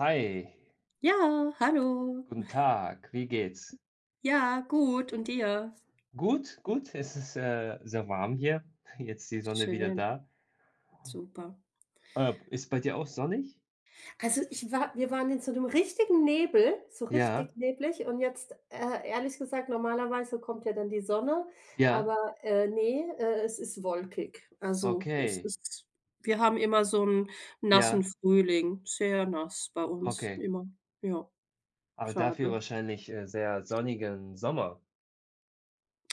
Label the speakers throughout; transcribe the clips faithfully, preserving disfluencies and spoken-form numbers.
Speaker 1: Hi,
Speaker 2: Ja, hallo.
Speaker 1: guten Tag, wie geht's?
Speaker 2: Ja, gut und dir?
Speaker 1: Gut, gut, es ist äh, sehr warm hier. Jetzt die Sonne wieder
Speaker 2: Schön,
Speaker 1: da.
Speaker 2: super.
Speaker 1: Äh, ist bei dir auch sonnig?
Speaker 2: Also, ich war wir waren in so einem richtigen Nebel, so richtig
Speaker 1: Ja,
Speaker 2: neblig und jetzt, äh, ehrlich gesagt, normalerweise kommt ja dann die Sonne,
Speaker 1: ja,
Speaker 2: aber, äh, ne, äh, es ist wolkig. Also, es
Speaker 1: okay,
Speaker 2: ist. Wir haben immer so einen
Speaker 1: ja,
Speaker 2: nassen Frühling, sehr nass bei uns
Speaker 1: okay.
Speaker 2: immer. Ja,
Speaker 1: Aber dafür
Speaker 2: schade.
Speaker 1: wahrscheinlich äh, sehr sonnigen Sommer.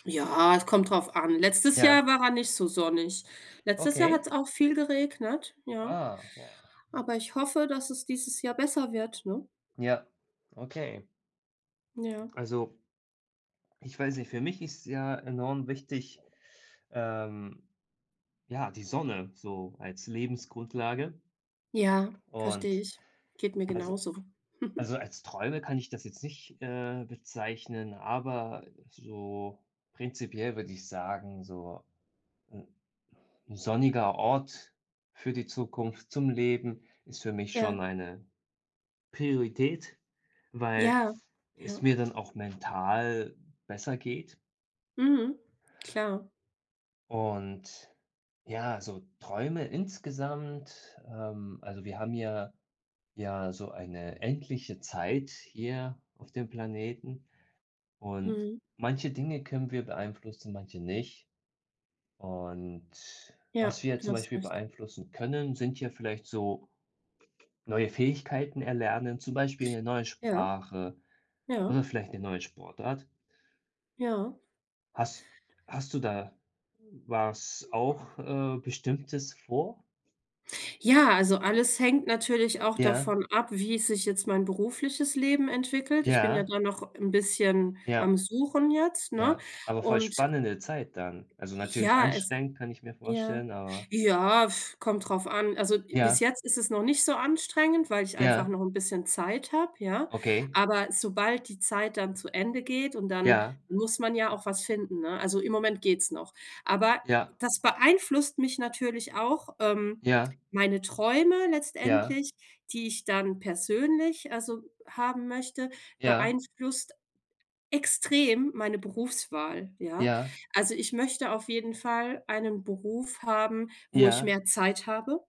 Speaker 2: Ja, es kommt drauf an. Letztes
Speaker 1: Ja,
Speaker 2: Jahr war er nicht so sonnig. Letztes Jahr hat
Speaker 1: okay.
Speaker 2: es auch viel geregnet, ja.
Speaker 1: Ah, wow.
Speaker 2: Aber ich hoffe, dass es dieses Jahr besser wird, ne?
Speaker 1: Ja, okay.
Speaker 2: Ja.
Speaker 1: Also, ich weiß nicht, für mich ist ja enorm wichtig, ähm, ja, die Sonne so als Lebensgrundlage.
Speaker 2: Ja, verstehe
Speaker 1: Und
Speaker 2: ich. Geht mir
Speaker 1: also
Speaker 2: genauso.
Speaker 1: also als Träume kann ich das jetzt nicht, äh, bezeichnen, aber so prinzipiell würde ich sagen, so 'n 'n sonniger Ort für die Zukunft zum Leben ist für mich schon
Speaker 2: Ja,
Speaker 1: eine Priorität, weil
Speaker 2: ja,
Speaker 1: es
Speaker 2: ja.
Speaker 1: mir dann auch mental besser geht.
Speaker 2: Mhm. Klar.
Speaker 1: Und ja, so Träume insgesamt, ähm also, wir haben ja ja so eine endliche Zeit hier auf dem Planeten. Und
Speaker 2: Mhm.
Speaker 1: manche Dinge können wir beeinflussen, manche nicht. Und was
Speaker 2: Ja,
Speaker 1: wir
Speaker 2: du
Speaker 1: zum
Speaker 2: hast
Speaker 1: Beispiel
Speaker 2: recht.
Speaker 1: beeinflussen können, sind ja vielleicht so neue Fähigkeiten erlernen, zum Beispiel eine neue
Speaker 2: Ja,
Speaker 1: Sprache
Speaker 2: ja,
Speaker 1: oder vielleicht eine neue Sportart.
Speaker 2: ja.
Speaker 1: Hast, hast du da was auch äh, Bestimmtes vor?
Speaker 2: Ja, also alles hängt natürlich auch
Speaker 1: Ja,
Speaker 2: davon ab, wie sich jetzt mein berufliches Leben entwickelt. Ich bin ja
Speaker 1: ja,
Speaker 2: da noch ein bisschen am
Speaker 1: ja,
Speaker 2: Suchen jetzt, ne?
Speaker 1: ja. Aber voll
Speaker 2: Und
Speaker 1: spannende Zeit dann. Also natürlich
Speaker 2: ja, es
Speaker 1: anstrengend, kann ich mir
Speaker 2: ja.
Speaker 1: vorstellen, aber
Speaker 2: Ja, pf, kommt drauf an. Also, bis
Speaker 1: ja,
Speaker 2: jetzt ist es noch nicht so anstrengend, weil ich einfach
Speaker 1: ja,
Speaker 2: noch ein bisschen Zeit habe, ja?
Speaker 1: okay,
Speaker 2: Aber sobald die Zeit dann zu Ende geht und dann
Speaker 1: ja,
Speaker 2: muss man ja auch was finden, ne? Also, im Moment geht's noch. Aber
Speaker 1: ja,
Speaker 2: das beeinflusst mich natürlich auch, ähm,
Speaker 1: ja.
Speaker 2: meine Träume
Speaker 1: Ja,
Speaker 2: letztendlich, die ich dann persönlich, also, haben möchte,
Speaker 1: ja,
Speaker 2: beeinflusst extrem meine Berufswahl, ja.
Speaker 1: ja,
Speaker 2: Also, ich möchte auf jeden Fall einen Beruf haben, wo ich
Speaker 1: ja,
Speaker 2: mehr Zeit habe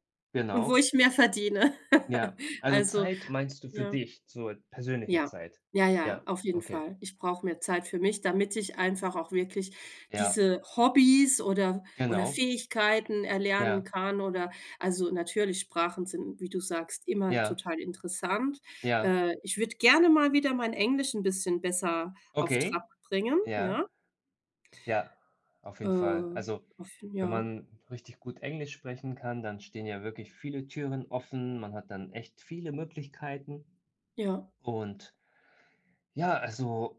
Speaker 2: und wo
Speaker 1: genau.
Speaker 2: ich mehr verdiene.
Speaker 1: Ja. Also,
Speaker 2: Also,
Speaker 1: Zeit meinst du für
Speaker 2: ja,
Speaker 1: dich, so persönliche
Speaker 2: ja,
Speaker 1: Zeit?
Speaker 2: ja, ja,
Speaker 1: Ja,
Speaker 2: auf jeden
Speaker 1: okay.
Speaker 2: Fall. Ich brauche mehr Zeit für mich, damit ich einfach auch wirklich
Speaker 1: Ja,
Speaker 2: diese Hobbys oder oder
Speaker 1: genau.
Speaker 2: Fähigkeiten erlernen
Speaker 1: Ja,
Speaker 2: kann oder. Also, natürlich Sprachen sind, wie du sagst, immer
Speaker 1: ja,
Speaker 2: total interessant.
Speaker 1: ja.
Speaker 2: Äh, ich würde gerne mal wieder mein Englisch ein bisschen besser auf
Speaker 1: Okay.
Speaker 2: Trab bringen,
Speaker 1: Ja,
Speaker 2: ja.
Speaker 1: ja, auf jeden Fall.
Speaker 2: Äh,
Speaker 1: Also,
Speaker 2: auf
Speaker 1: wenn
Speaker 2: ja,
Speaker 1: man richtig gut Englisch sprechen kann, dann stehen ja wirklich viele Türen offen. Man hat dann echt viele Möglichkeiten
Speaker 2: ja,
Speaker 1: und ja, also,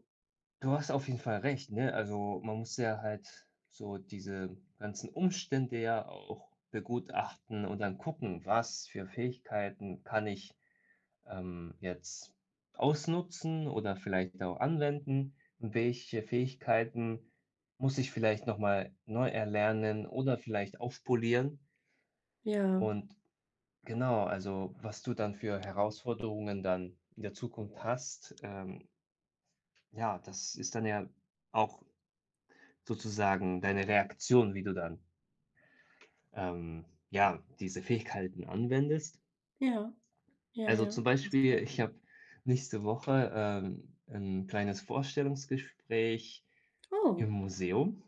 Speaker 1: du hast auf jeden Fall recht, ne? Also, man muss ja halt so diese ganzen Umstände ja auch begutachten und dann gucken, was für Fähigkeiten kann ich, ähm, jetzt ausnutzen oder vielleicht auch anwenden, und welche Fähigkeiten muss ich vielleicht noch mal neu erlernen oder vielleicht aufpolieren.
Speaker 2: ja,
Speaker 1: Und genau, also, was du dann für Herausforderungen dann in der Zukunft hast, ähm, ja, das ist dann ja auch sozusagen deine Reaktion, wie du dann, ähm, ja, diese Fähigkeiten anwendest.
Speaker 2: ja, ja,
Speaker 1: Also
Speaker 2: ja,
Speaker 1: zum
Speaker 2: ganz
Speaker 1: Beispiel,
Speaker 2: klar.
Speaker 1: ich habe nächste Woche ähm, ein kleines Vorstellungsgespräch im
Speaker 2: Oh.
Speaker 1: Museum.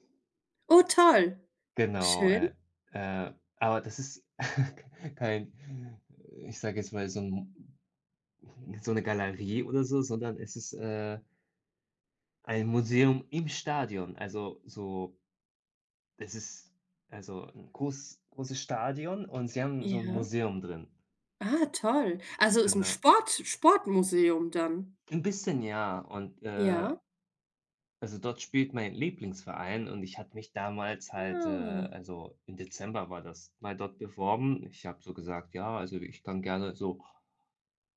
Speaker 2: Oh, toll.
Speaker 1: Genau,
Speaker 2: Schön.
Speaker 1: äh, äh, aber das ist kein, ich sage jetzt mal, so, ein, so eine Galerie oder so, sondern es ist äh, ein Museum im Stadion. Also so, es ist also ein groß, großes Stadion und sie haben so ein
Speaker 2: Ja.
Speaker 1: Museum drin.
Speaker 2: Ah, toll. Also, ist 'n
Speaker 1: Genau.
Speaker 2: Sport Sportmuseum dann?
Speaker 1: Ein bisschen ja und, äh,
Speaker 2: Ja?
Speaker 1: also, dort spielt mein Lieblingsverein und ich hatte mich damals halt, äh
Speaker 2: Ah,
Speaker 1: also, im Dezember war das, mal dort beworben. Ich habe so gesagt: „Ja, also, ich kann gerne so,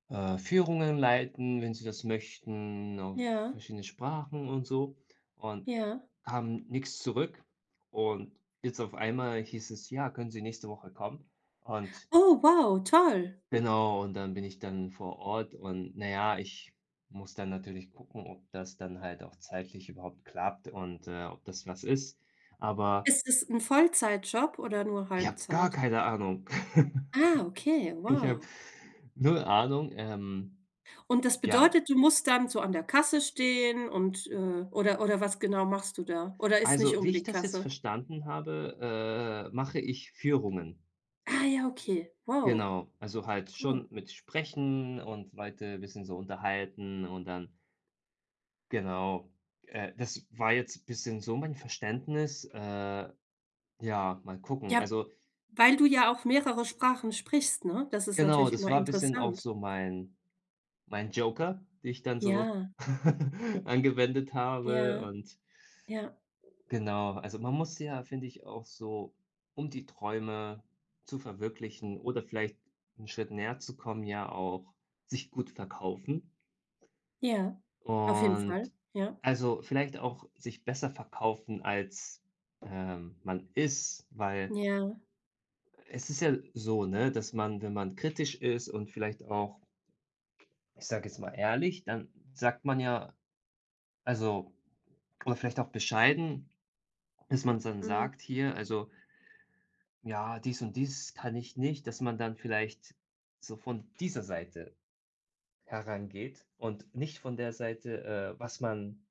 Speaker 1: äh, Führungen leiten, wenn Sie das möchten, auf
Speaker 2: ja,
Speaker 1: verschiedene Sprachen und so.“ Und
Speaker 2: ja.
Speaker 1: haben nichts zurück, und jetzt auf einmal hieß es: „Ja, können Sie nächste Woche kommen?“ Und
Speaker 2: Oh, wow, toll.
Speaker 1: genau, und dann bin ich dann vor Ort und naja, ich muss dann natürlich gucken, ob das dann halt auch zeitlich überhaupt klappt und, äh, ob das was ist. Aber
Speaker 2: Ist es 'n Vollzeitjob oder nur
Speaker 1: ich habe gar
Speaker 2: Halbzeit?
Speaker 1: keine Ahnung.
Speaker 2: Ah, okay,
Speaker 1: Ich habe
Speaker 2: wow.
Speaker 1: null Ahnung. Ähm,
Speaker 2: Und das
Speaker 1: ja,
Speaker 2: bedeutet, du musst dann so an der Kasse stehen und, äh oder oder was genau machst du da? Oder ist nicht
Speaker 1: also, wie ich
Speaker 2: unbedingt
Speaker 1: das jetzt
Speaker 2: Kasse?
Speaker 1: verstanden habe, äh, mache ich Führungen.
Speaker 2: Ah ja, okay, wow.
Speaker 1: Genau, also halt
Speaker 2: Cool.
Speaker 1: schon mit Sprechen und Leute ein bisschen so unterhalten und dann genau. Äh, das war jetzt ein bisschen so mein Verständnis, äh, ja, mal gucken.
Speaker 2: Ja,
Speaker 1: Also,
Speaker 2: weil du ja auch mehrere Sprachen sprichst, ne? Das ist
Speaker 1: genau,
Speaker 2: natürlich
Speaker 1: das
Speaker 2: immer
Speaker 1: war ein bisschen auch
Speaker 2: interessant.
Speaker 1: so mein mein Joker, die ich dann so
Speaker 2: Ja,
Speaker 1: angewendet habe,
Speaker 2: ja,
Speaker 1: und
Speaker 2: ja,
Speaker 1: genau, also, man muss ja, finde ich, auch so, um die Träume zu verwirklichen oder vielleicht einen Schritt näher zu kommen, ja auch sich gut verkaufen
Speaker 2: ja. Auf jeden
Speaker 1: und
Speaker 2: Fall. Ja,
Speaker 1: also, vielleicht auch sich besser verkaufen, als, ähm, man ist, weil
Speaker 2: ja,
Speaker 1: es ist ja so, ne, dass man, wenn man kritisch ist und vielleicht auch ich sage jetzt mal ehrlich, dann sagt man ja also oder vielleicht auch bescheiden, dass man dann
Speaker 2: mhm.
Speaker 1: sagt hier, also: „Ja, dies und dies kann ich nicht“, dass man dann vielleicht so von dieser Seite herangeht und nicht von der Seite, äh, was man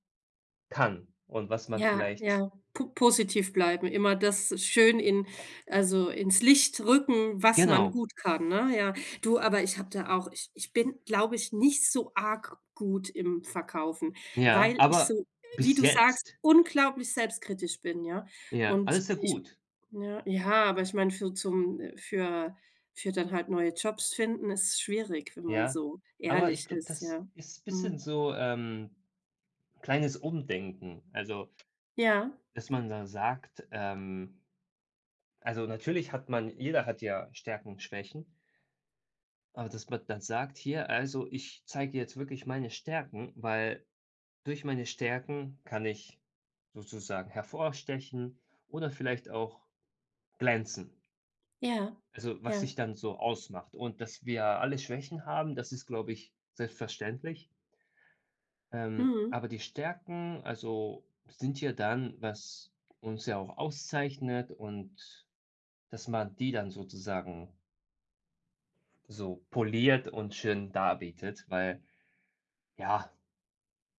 Speaker 1: kann und was man
Speaker 2: Ja,
Speaker 1: vielleicht
Speaker 2: ja, po positiv bleiben, immer das schön in, also, ins Licht rücken, was man
Speaker 1: genau,
Speaker 2: gut kann, ne? Ja. Du, aber ich habe da auch ich ich bin, glaube ich, nicht so arg gut im Verkaufen,
Speaker 1: ja,
Speaker 2: weil ich
Speaker 1: aber
Speaker 2: so, wie
Speaker 1: bis
Speaker 2: du sagst,
Speaker 1: jetzt,
Speaker 2: unglaublich selbstkritisch bin, ja?
Speaker 1: ja,
Speaker 2: Und
Speaker 1: alles sehr
Speaker 2: ich
Speaker 1: gut,
Speaker 2: ja, ja, aber ich meine, für zum äh, für für dann halt neue Jobs finden ist schwierig, wenn man
Speaker 1: ja.
Speaker 2: so
Speaker 1: Aber ich
Speaker 2: ehrlich
Speaker 1: glaube,
Speaker 2: ist,
Speaker 1: das
Speaker 2: ja.
Speaker 1: ist ein bisschen
Speaker 2: Mhm.
Speaker 1: so, ähm, kleines Umdenken. Also,
Speaker 2: Ja,
Speaker 1: dass man da sagt, ähm also, natürlich hat man jeder hat ja Stärken, Schwächen, aber dass man dann sagt: „Hier, also, ich zeige jetzt wirklich meine Stärken, weil durch meine Stärken kann ich sozusagen hervorstechen oder vielleicht auch glänzen.“
Speaker 2: ja,
Speaker 1: Also, was
Speaker 2: ja.
Speaker 1: sich dann so ausmacht, und dass wir alle Schwächen haben, das ist, glaube ich, selbstverständlich. Ähm,
Speaker 2: Mhm,
Speaker 1: aber die Stärken, also, sind ja dann, was uns ja auch auszeichnet, und dass man die dann sozusagen so poliert und schön darbietet, weil ja,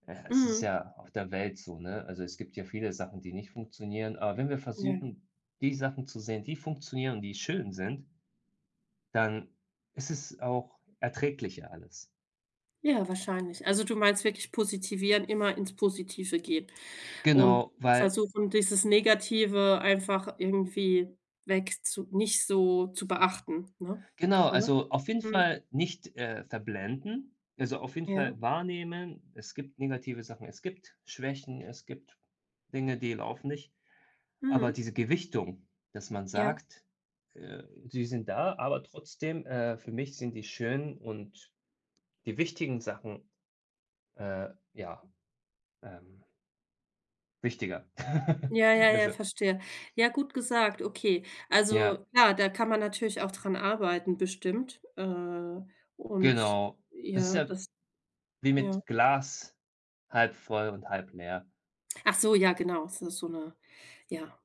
Speaker 1: äh, es ist
Speaker 2: mhm.
Speaker 1: ja auf der Welt so, ne? Also, es gibt ja viele Sachen, die nicht funktionieren, aber wenn wir
Speaker 2: Ja.
Speaker 1: versuchen, die Sachen zu sehen, die funktionieren und die schön sind, dann ist es auch erträglicher alles.
Speaker 2: Ja, wahrscheinlich. Also, du meinst wirklich positivieren, immer ins Positive gehen und
Speaker 1: Genau, weil
Speaker 2: versuchen, dieses Negative einfach irgendwie weg zu nicht so zu beachten, ne?
Speaker 1: genau,
Speaker 2: Oder?
Speaker 1: also auf jeden
Speaker 2: Mhm.
Speaker 1: Fall nicht, äh, verblenden, also auf jeden
Speaker 2: Ja.
Speaker 1: Fall wahrnehmen, es gibt negative Sachen, es gibt Schwächen, es gibt Dinge, die laufen nicht. Aber
Speaker 2: Mhm.
Speaker 1: diese Gewichtung, dass man
Speaker 2: Ja.
Speaker 1: sagt, äh, sie sind da, aber trotzdem, äh, für mich sind die schönen und die wichtigen Sachen, äh, ja, ähm, wichtiger.
Speaker 2: Ja, ja, ja,
Speaker 1: Also,
Speaker 2: verstehe. Ja, gut gesagt, okay.
Speaker 1: ja,
Speaker 2: Also, ja, da kann man natürlich auch dran arbeiten bestimmt, äh, und
Speaker 1: genau. Das ist
Speaker 2: ja,
Speaker 1: ja
Speaker 2: das
Speaker 1: wie
Speaker 2: ja.
Speaker 1: mit Glas, halb voll und halb leer.
Speaker 2: Ach so, ja, genau, das ist so eine, ja.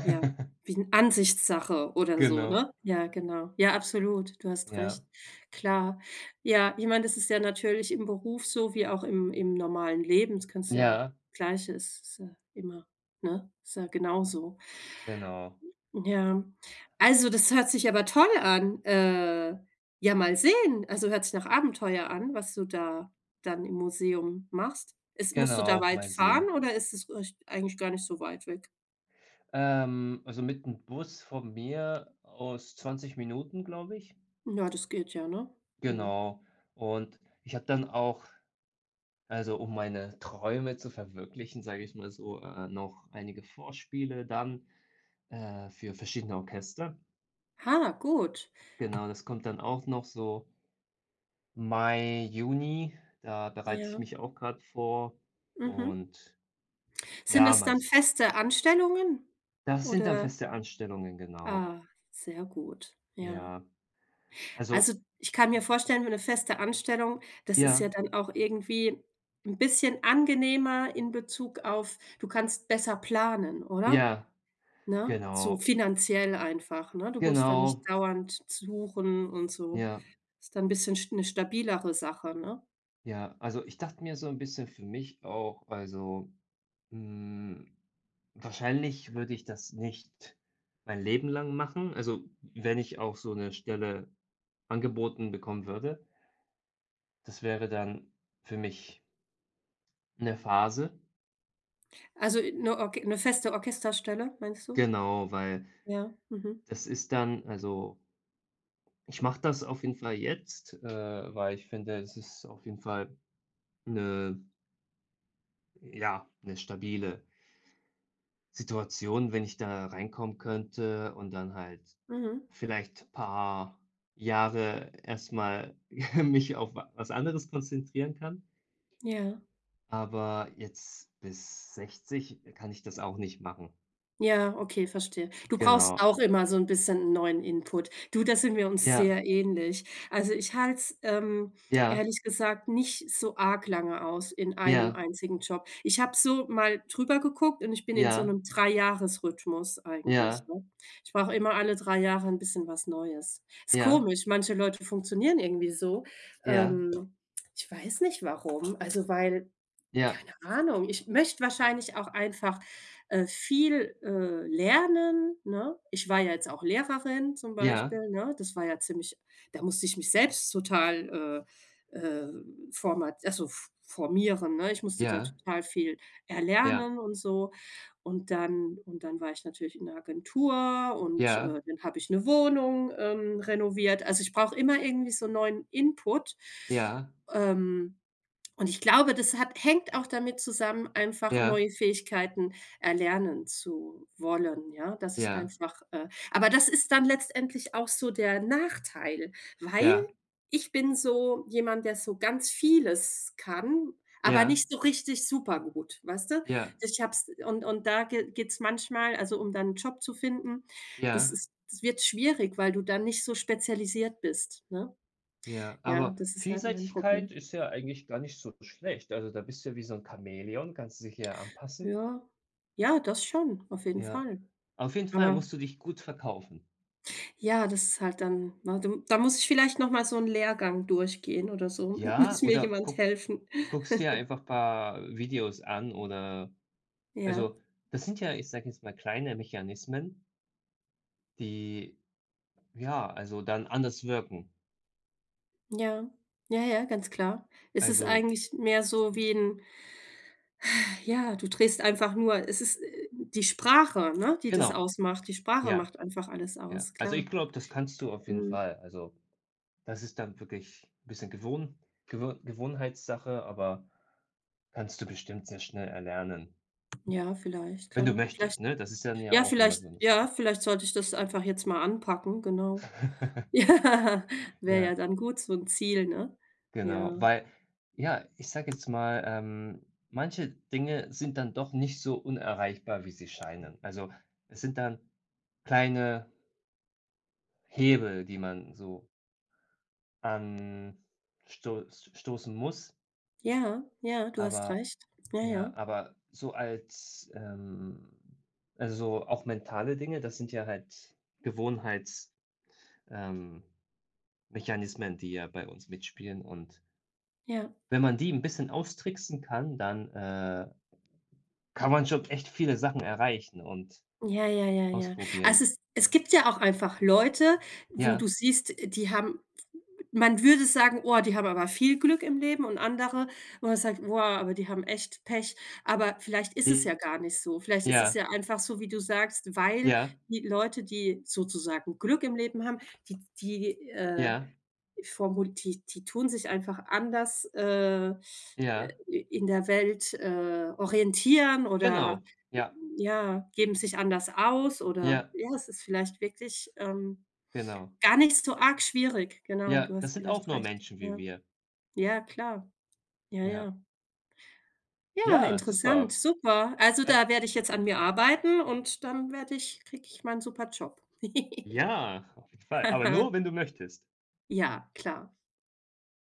Speaker 2: Ja, wie 'n Ansichtssache oder so,
Speaker 1: Genau.
Speaker 2: ne? Ja, genau. Ja, absolut, du hast
Speaker 1: Ja.
Speaker 2: recht. Klar. Ja, ich meine, das ist ja natürlich im Beruf so wie auch im im normalen Leben. Das kannst du ja.
Speaker 1: Ja,
Speaker 2: Gleiche ist ist ja immer, ne? Ist ja genauso.
Speaker 1: genau.
Speaker 2: Ja. Also, das hört sich aber toll an. Äh, ja, mal sehen. Also, hört sich nach Abenteuer an, was du da dann im Museum machst. Ist musst du da
Speaker 1: Genau,
Speaker 2: weit
Speaker 1: mal
Speaker 2: fahren
Speaker 1: sehen.
Speaker 2: oder ist es euch eigentlich gar nicht so weit weg?
Speaker 1: Ähm, also mit dem Bus von mir aus zwanzig Minuten, glaube ich.
Speaker 2: Ja, das geht ja, ne? Mhm.
Speaker 1: Genau. Und ich habe dann auch also um meine Träume zu verwirklichen, sage ich mal so, äh, noch einige Vorspiele dann, äh, für verschiedene Orchester.
Speaker 2: Ah, gut.
Speaker 1: Genau, das kommt dann auch noch so Mai, Juni. Da bereite ich
Speaker 2: Ja,
Speaker 1: mich auch gerade vor,
Speaker 2: mhm.
Speaker 1: und
Speaker 2: Sind
Speaker 1: ja,
Speaker 2: das dann
Speaker 1: meist
Speaker 2: feste Anstellungen?
Speaker 1: das sind dann
Speaker 2: Oder
Speaker 1: feste Anstellungen, genau.
Speaker 2: ah, sehr gut, ja.
Speaker 1: Ja,
Speaker 2: Also,
Speaker 1: also
Speaker 2: ich kann mir
Speaker 1: mhm.
Speaker 2: vorstellen, für 'ne feste Anstellung, das ist ja
Speaker 1: Ja,
Speaker 2: dann auch irgendwie ein bisschen angenehmer in Bezug auf du kannst besser planen, oder?
Speaker 1: ja,
Speaker 2: Ne? So
Speaker 1: genau,
Speaker 2: finanziell einfach, ne? Du musst da nicht
Speaker 1: genau,
Speaker 2: dauernd suchen und so.
Speaker 1: ja.
Speaker 2: Ist dann ein bisschen st 'ne stabilere Sache, ne?
Speaker 1: Ja, also ich dachte mir so ein bisschen für mich auch, also, hm, wahrscheinlich würde ich das nicht mein Leben lang machen. Also, wenn ich auch so eine Stelle angeboten bekommen würde, das wäre dann für mich eine Phase.
Speaker 2: Also, äh, 'ne Orch 'ne feste Orchesterstelle, meinst du?
Speaker 1: Genau, weil
Speaker 2: Ja, mhm,
Speaker 1: das ist dann also, ich mache das auf jeden Fall jetzt, äh, weil ich finde, es ist auf jeden Fall eine ja, eine stabile Situation, wenn ich da reinkommen könnte und dann halt
Speaker 2: mhm,
Speaker 1: vielleicht paar Jahre erstmal mich auf wa was anderes konzentrieren kann,
Speaker 2: ja.
Speaker 1: aber jetzt bis sechzig kann ich das auch nicht machen.
Speaker 2: Ja, okay, verstehe. Du brauchst
Speaker 1: Genau.
Speaker 2: auch immer so 'n bisschen neuen Input. Du, da sind wir uns
Speaker 1: Ja,
Speaker 2: sehr ähnlich. Also, ich halte es, ähm,
Speaker 1: ja,
Speaker 2: ehrlich gesagt nicht so arg lange aus in einem
Speaker 1: ja,
Speaker 2: einzigen Job. Ich habe so mal drüber geguckt und ich bin in so
Speaker 1: ja,
Speaker 2: 'nem Dreijahresrhythmus eigentlich,
Speaker 1: ja,
Speaker 2: ne? Ich brauche immer alle drei Jahre 'n bisschen was Neues. Ist
Speaker 1: ja,
Speaker 2: komisch, manche Leute funktionieren irgendwie so.
Speaker 1: ja,
Speaker 2: Ähm, Ich weiß nicht warum. Also, weil
Speaker 1: ja,
Speaker 2: keine Ahnung. Ich möchte wahrscheinlich auch einfach, äh, viel, äh, lernen, ne? Ich war ja jetzt auch Lehrerin zum
Speaker 1: ja,
Speaker 2: Beispiel, ne? Das war ja ziemlich, da musste ich mich selbst total, äh, äh, format also f formieren, ne? Ich musste da
Speaker 1: ja,
Speaker 2: total viel
Speaker 1: ja,
Speaker 2: erlernen und so. Und dann und dann war ich natürlich in der Agentur und,
Speaker 1: ja,
Speaker 2: äh, dann habe ich eine Wohnung, ähm, renoviert. Also, ich brauche immer irgendwie so neuen Input.
Speaker 1: ja,
Speaker 2: Ähm und ich glaube, das hat hängt auch damit zusammen, einfach
Speaker 1: ja,
Speaker 2: neue Fähigkeiten erlernen zu wollen, ja, dass ich
Speaker 1: ja,
Speaker 2: einfach äh, aber das ist dann letztendlich auch so der Nachteil, weil
Speaker 1: ja,
Speaker 2: ich bin so jemand, der so ganz vieles kann, aber
Speaker 1: ja,
Speaker 2: nicht so richtig super gut, weißt du?
Speaker 1: ja,
Speaker 2: Ich habe und und da ge geht's manchmal, also, um dann einen Job zu finden, das
Speaker 1: ja.
Speaker 2: ist das wird schwierig, weil du dann nicht so spezialisiert bist, ne?
Speaker 1: Ja,
Speaker 2: Ja,
Speaker 1: aber
Speaker 2: das ist halt mein
Speaker 1: Vielseitigkeit
Speaker 2: Problem.
Speaker 1: ist ja eigentlich gar nicht so schlecht. Also da bist du ja wie so ein Chamäleon, kannst du dich ja anpassen.
Speaker 2: Ja. Ja, das schon, auf jeden
Speaker 1: Ja.
Speaker 2: Fall.
Speaker 1: Auf jeden Fall
Speaker 2: Aber
Speaker 1: musst du dich gut verkaufen.
Speaker 2: ja, das ist halt dann ne, da da muss ich vielleicht noch mal so einen Lehrgang durchgehen oder so.
Speaker 1: Ja,
Speaker 2: Muss mir
Speaker 1: oder
Speaker 2: jemand
Speaker 1: guck
Speaker 2: helfen.
Speaker 1: guckst dir einfach ein paar Videos an oder
Speaker 2: Ja,
Speaker 1: also, das sind ja, ich sage jetzt mal, kleine Mechanismen, die, ja, also dann anders wirken.
Speaker 2: ja. Ja, ja, ganz klar. Es ist
Speaker 1: Also
Speaker 2: eigentlich mehr so wie ein, ja, du drehst einfach nur. Es ist, äh, die Sprache, ne, die das
Speaker 1: genau,
Speaker 2: ausmacht. Die Sprache
Speaker 1: ja,
Speaker 2: macht einfach alles
Speaker 1: ja.
Speaker 2: aus,
Speaker 1: Also ich
Speaker 2: klar.
Speaker 1: glaube, das kannst du auf jeden
Speaker 2: Mhm.
Speaker 1: Fall. Also, das ist dann wirklich ein bisschen Gewohn Gewo Gewohnheitssache, aber kannst du bestimmt sehr schnell erlernen,
Speaker 2: Ja, vielleicht,
Speaker 1: wenn du
Speaker 2: klar. Vielleicht
Speaker 1: möchtest, ne? Das ist dann ja
Speaker 2: ja,
Speaker 1: auch immer
Speaker 2: vielleicht
Speaker 1: so 'ne
Speaker 2: ja,
Speaker 1: Sache.
Speaker 2: vielleicht sollte ich das einfach jetzt mal anpacken, genau. Ja, wäre ja
Speaker 1: Ja,
Speaker 2: dann gut, so 'n Ziel, ne?
Speaker 1: genau,
Speaker 2: Ja.
Speaker 1: weil ja, ich sage jetzt mal, ähm, manche Dinge sind dann doch nicht so unerreichbar, wie sie scheinen. Also, es sind dann kleine Hebel, die man so ansto stoßen muss,
Speaker 2: Ja, ja, du hast
Speaker 1: aber
Speaker 2: recht. Ja,
Speaker 1: ja,
Speaker 2: ja,
Speaker 1: aber so als, ähm also, so auch mentale Dinge, das sind ja halt Gewohnheits ähm, Mechanismen, die ja bei uns mitspielen. Und
Speaker 2: ja.
Speaker 1: wenn man die ein bisschen austricksen kann, dann, äh, kann man schon echt viele Sachen erreichen und
Speaker 2: Ja, ja, ja, ja. Also,
Speaker 1: ausprobieren.
Speaker 2: es es gibt ja auch einfach Leute, wo du
Speaker 1: Ja,
Speaker 2: siehst, die haben, man würde sagen: „Oh, die haben aber viel Glück im Leben“ und andere, wo man sagt: „Boah, aber die haben echt Pech.“ Aber vielleicht ist es ja
Speaker 1: i-
Speaker 2: gar nicht so. Vielleicht ist
Speaker 1: ja,
Speaker 2: es ja einfach so, wie du sagst, weil
Speaker 1: ja,
Speaker 2: die Leute, die sozusagen Glück im Leben haben, die die, äh
Speaker 1: ja,
Speaker 2: Die formul die die tun sich einfach anders, äh,
Speaker 1: ja,
Speaker 2: in der Welt, äh, orientieren oder,
Speaker 1: genau. Ja,
Speaker 2: ja, geben sich anders aus oder
Speaker 1: ja,
Speaker 2: ja, es ist vielleicht wirklich, ähm,
Speaker 1: genau.
Speaker 2: gar nicht so arg schwierig. Genau,
Speaker 1: Ja,
Speaker 2: du
Speaker 1: das
Speaker 2: hast
Speaker 1: sind auch
Speaker 2: vielleicht
Speaker 1: nur
Speaker 2: recht.
Speaker 1: Menschen wie
Speaker 2: Ja.
Speaker 1: wir.
Speaker 2: Ja, klar. Ja,
Speaker 1: Ja.
Speaker 2: ja. Ja,
Speaker 1: Ja,
Speaker 2: interessant,
Speaker 1: super.
Speaker 2: super. Also,
Speaker 1: Äh,
Speaker 2: da werde ich jetzt an mir arbeiten und dann werde ich kriege ich meinen super Job.
Speaker 1: ja, auf jeden Fall, aber nur, wenn du möchtest.
Speaker 2: Ja, klar.